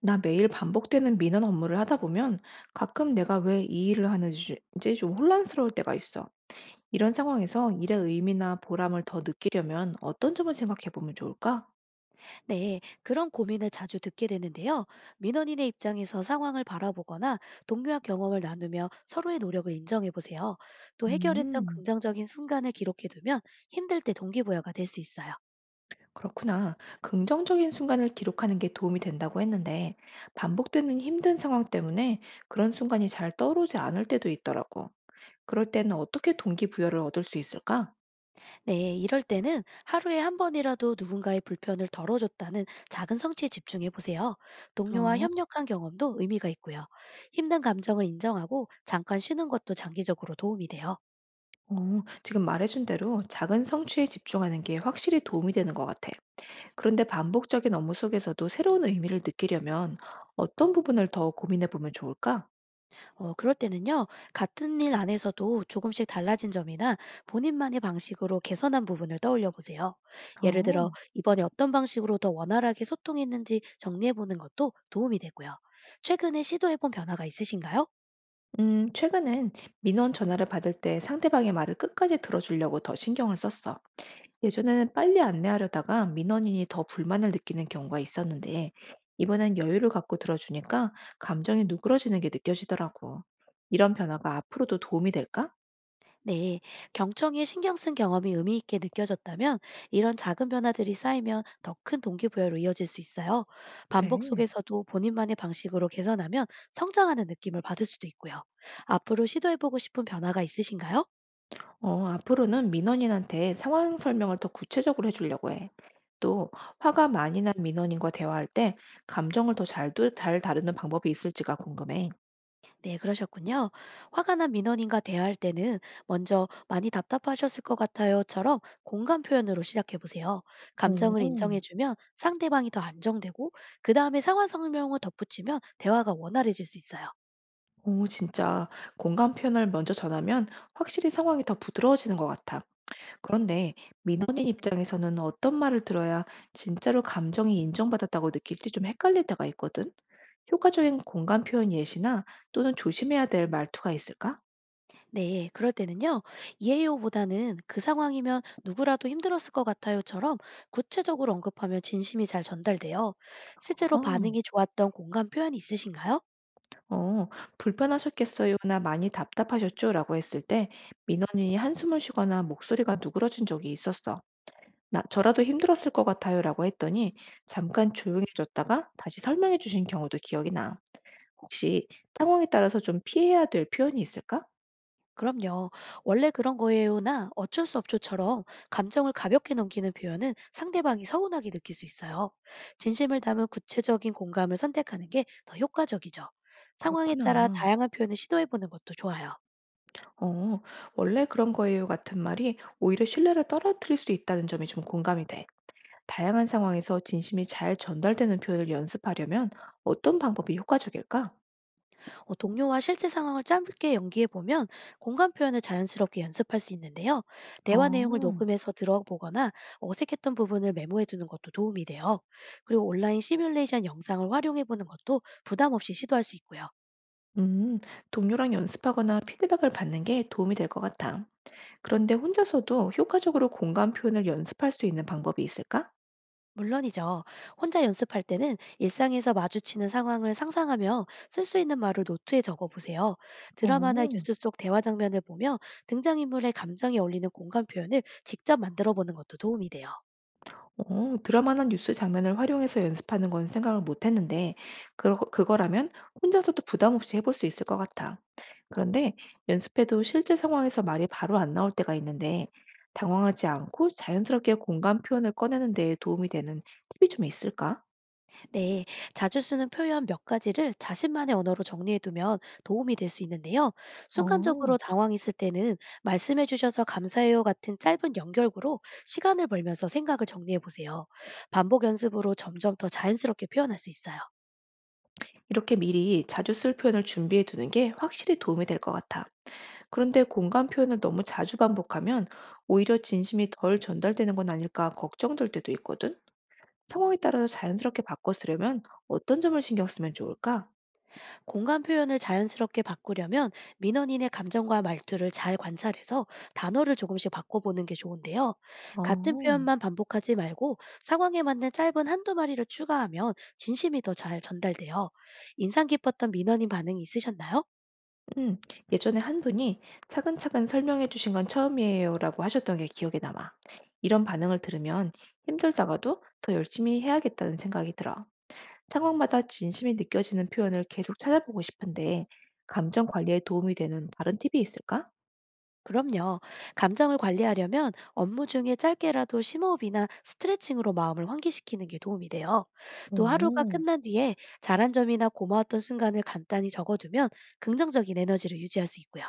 나 매일 반복되는 민원 업무를 하다 보면 가끔 내가 왜 이 일을 하는지 좀 혼란스러울 때가 있어. 이런 상황에서 일의 의미나 보람을 더 느끼려면 어떤 점을 생각해 보면 좋을까? 네, 그런 고민을 자주 듣게 되는데요. 민원인의 입장에서 상황을 바라보거나 동료와 경험을 나누며 서로의 노력을 인정해 보세요. 또 해결했던 음, 긍정적인 순간을 기록해 두면 힘들 때 동기부여가 될 수 있어요. 그렇구나. 긍정적인 순간을 기록하는 게 도움이 된다고 했는데 반복되는 힘든 상황 때문에 그런 순간이 잘 떠오르지 않을 때도 있더라고. 그럴 때는 어떻게 동기부여를 얻을 수 있을까? 네, 이럴 때는 하루에 한 번이라도 누군가의 불편을 덜어줬다는 작은 성취에 집중해 보세요. 동료와 어, 협력한 경험도 의미가 있고요. 힘든 감정을 인정하고 잠깐 쉬는 것도 장기적으로 도움이 돼요. 지금 말해준 대로 작은 성취에 집중하는 게 확실히 도움이 되는 것 같아. 그런데 반복적인 업무 속에서도 새로운 의미를 느끼려면 어떤 부분을 더 고민해 보면 좋을까? 그럴 때는요, 같은 일 안에서도 조금씩 달라진 점이나 본인만의 방식으로 개선한 부분을 떠올려 보세요. 예를 들어, 어, 이번에 어떤 방식으로 더 원활하게 소통했는지 정리해 보는 것도 도움이 되고요. 최근에 시도해 본 변화가 있으신가요? 최근엔 민원 전화를 받을 때 상대방의 말을 끝까지 들어주려고 더 신경을 썼어. 예전에는 빨리 안내하려다가 민원인이 더 불만을 느끼는 경우가 있었는데, 이번엔 여유를 갖고 들어주니까 감정이 누그러지는 게 느껴지더라고. 이런 변화가 앞으로도 도움이 될까? 네, 경청에 신경 쓴 경험이 의미 있게 느껴졌다면 이런 작은 변화들이 쌓이면 더 큰 동기부여로 이어질 수 있어요. 반복 그래. 속에서도 본인만의 방식으로 개선하면 성장하는 느낌을 받을 수도 있고요. 앞으로 시도해보고 싶은 변화가 있으신가요? 어, 앞으로는 민원인한테 상황 설명을 더 구체적으로 해주려고 해. 또 화가 많이 난 민원인과 대화할 때 감정을 더 잘 다루는 방법이 있을지가 궁금해. 네, 그러셨군요. 화가 난 민원인과 대화할 때는 먼저 많이 답답하셨을 것 같아요처럼 공감 표현으로 시작해 보세요. 감정을 오, 인정해 주면 상대방이 더 안정되고 그 다음에 상황 설명을 덧붙이면 대화가 원활해질 수 있어요. 진짜 공감 표현을 먼저 전하면 확실히 상황이 더 부드러워지는 것 같아. 그런데 민원인 입장에서는 어떤 말을 들어야 진짜로 감정이 인정받았다고 느낄지 좀 헷갈릴 때가 있거든. 효과적인 공감 표현 예시나 또는 조심해야 될 말투가 있을까? 네, 그럴 때는요. 이해요보다는 그 상황이면 누구라도 힘들었을 것 같아요처럼 구체적으로 언급하면 진심이 잘 전달돼요. 실제로 반응이 좋았던 공감 표현이 있으신가요? 어, 불편하셨겠어요나 많이 답답하셨죠라고 했을 때 민원인이 한숨을 쉬거나 목소리가 누그러진 적이 있었어. 나 저라도 힘들었을 것 같아요라고 했더니 잠깐 조용해졌다가 다시 설명해 주신 경우도 기억이 나. 혹시 상황에 따라서 좀 피해야 될 표현이 있을까? 그럼요. 원래 그런 거예요나 어쩔 수 없죠처럼 감정을 가볍게 넘기는 표현은 상대방이 서운하게 느낄 수 있어요. 진심을 담은 구체적인 공감을 선택하는 게 더 효과적이죠. 상황에 따라 그렇구나. 다양한 표현을 시도해보는 것도 좋아요. 어, 원래 그런 거예요 같은 말이 오히려 신뢰를 떨어뜨릴 수 있다는 점이 좀 공감이 돼. 다양한 상황에서 진심이 잘 전달되는 표현을 연습하려면 어떤 방법이 효과적일까? 동료와 실제 상황을 짧게 연기해보면 공감 표현을 자연스럽게 연습할 수 있는데요. 대화 내용을 어. 녹음해서 들어보거나 어색했던 부분을 메모해두는 것도 도움이 돼요. 그리고 온라인 시뮬레이션 영상을 활용해보는 것도 부담 없이 시도할 수 있고요. 음. 동료랑 연습하거나 피드백을 받는 게 도움이 될 것 같아. 그런데 혼자서도 효과적으로 공감 표현을 연습할 수 있는 방법이 있을까? 물론이죠. 혼자 연습할 때는 일상에서 마주치는 상황을 상상하며 쓸 수 있는 말을 노트에 적어 보세요. 드라마나 어. 뉴스 속 대화 장면을 보며 등장인물의 감정에 어울리는 공간 표현을 직접 만들어 보는 것도 도움이 돼요. 드라마나 뉴스 장면을 활용해서 연습하는 건 생각을 못 했는데 그러 그거라면 혼자서도 부담 없이 해볼 수 있을 것 같아. 그런데 연습해도 실제 상황에서 말이 바로 안 나올 때가 있는데 당황하지 않고 자연스럽게 공감 표현을 꺼내는 데 도움이 되는 팁이 좀 있을까? 네, 자주 쓰는 표현 몇 가지를 자신만의 언어로 정리해 두면 도움이 될 수 있는데요. 어. 순간적으로 당황했을 때는 말씀해 주셔서 감사해요 같은 짧은 연결구로 시간을 벌면서 생각을 정리해 보세요. 반복 연습으로 점점 더 자연스럽게 표현할 수 있어요. 이렇게 미리 자주 쓸 표현을 준비해 두는 게 확실히 도움이 될 것 같아. 그런데 공감 표현을 너무 자주 반복하면 오히려 진심이 덜 전달되는 건 아닐까 걱정될 때도 있거든. 상황에 따라서 자연스럽게 바꿔 쓰려면 어떤 점을 신경 쓰면 좋을까? 공간 표현을 자연스럽게 바꾸려면 민원인의 감정과 말투를 잘 관찰해서 단어를 조금씩 바꿔보는 게 좋은데요. 같은 어, 표현만 반복하지 말고 상황에 맞는 짧은 한두 마디를 추가하면 진심이 더 잘 전달돼요. 인상 깊었던 민원인 반응이 있으셨나요? 음, 예전에 한 분이 차근차근 설명해 주신 건 처음이에요라고 하셨던 게 기억에 남아. 이런 반응을 들으면 힘들다가도 더 열심히 해야겠다는 생각이 들어. 상황마다 진심이 느껴지는 표현을 계속 찾아보고 싶은데, 감정 관리에 도움이 되는 다른 팁이 있을까? 그럼요. 감정을 관리하려면 업무 중에 짧게라도 심호흡이나 스트레칭으로 마음을 환기시키는 게 도움이 돼요. 또 하루가 오, 끝난 뒤에 잘한 점이나 고마웠던 순간을 간단히 적어두면 긍정적인 에너지를 유지할 수 있고요.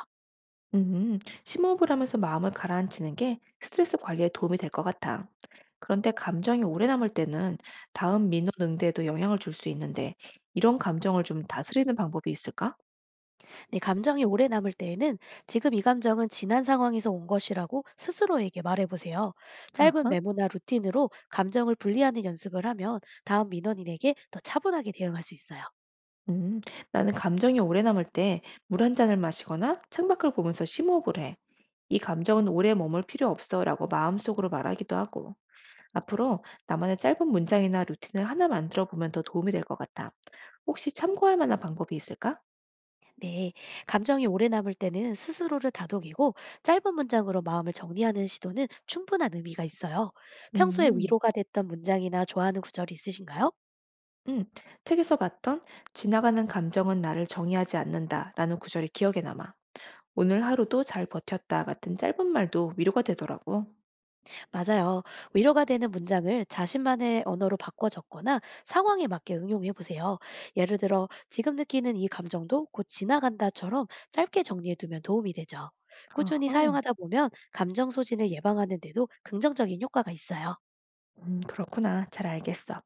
음, 심호흡을 하면서 마음을 가라앉히는 게 스트레스 관리에 도움이 될 것 같아. 그런데 감정이 오래 남을 때는 다음 민원 응대에도 영향을 줄 수 있는데, 이런 감정을 좀 다스리는 방법이 있을까? 네, 감정이 오래 남을 때에는 지금 이 감정은 지난 상황에서 온 것이라고 스스로에게 말해보세요. 짧은 아하, 메모나 루틴으로 감정을 분리하는 연습을 하면 다음 민원인에게 더 차분하게 대응할 수 있어요. 음, 나는 감정이 오래 남을 때 물 한 잔을 마시거나 창밖을 보면서 심호흡을 해. 이 감정은 오래 머물 필요 없어라고 마음속으로 말하기도 하고. 앞으로 나만의 짧은 문장이나 루틴을 하나 만들어 보면 더 도움이 될 것 같아. 혹시 참고할 만한 방법이 있을까? 네, 감정이 오래 남을 때는 스스로를 다독이고 짧은 문장으로 마음을 정리하는 시도는 충분한 의미가 있어요. 평소에 음, 위로가 됐던 문장이나 좋아하는 구절이 있으신가요? 음, 책에서 봤던 지나가는 감정은 나를 정의하지 않는다라는 구절이 기억에 남아. 오늘 하루도 잘 버텼다 같은 짧은 말도 위로가 되더라고. 맞아요. 위로가 되는 문장을 자신만의 언어로 바꿔 적거나 상황에 맞게 응용해 보세요. 예를 들어, 지금 느끼는 이 감정도 곧 지나간다처럼 짧게 정리해 두면 도움이 되죠. 꾸준히 어허. 사용하다 보면 감정 소진을 예방하는 데도 긍정적인 효과가 있어요. 그렇구나. 잘 알겠어.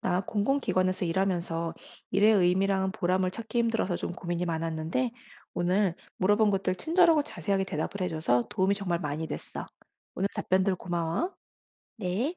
나 공공기관에서 일하면서 일의 의미랑 보람을 찾기 힘들어서 좀 고민이 많았는데, 오늘 물어본 것들 친절하고 자세하게 대답을 해줘서 도움이 정말 많이 됐어. 오늘 답변들 고마워. 네.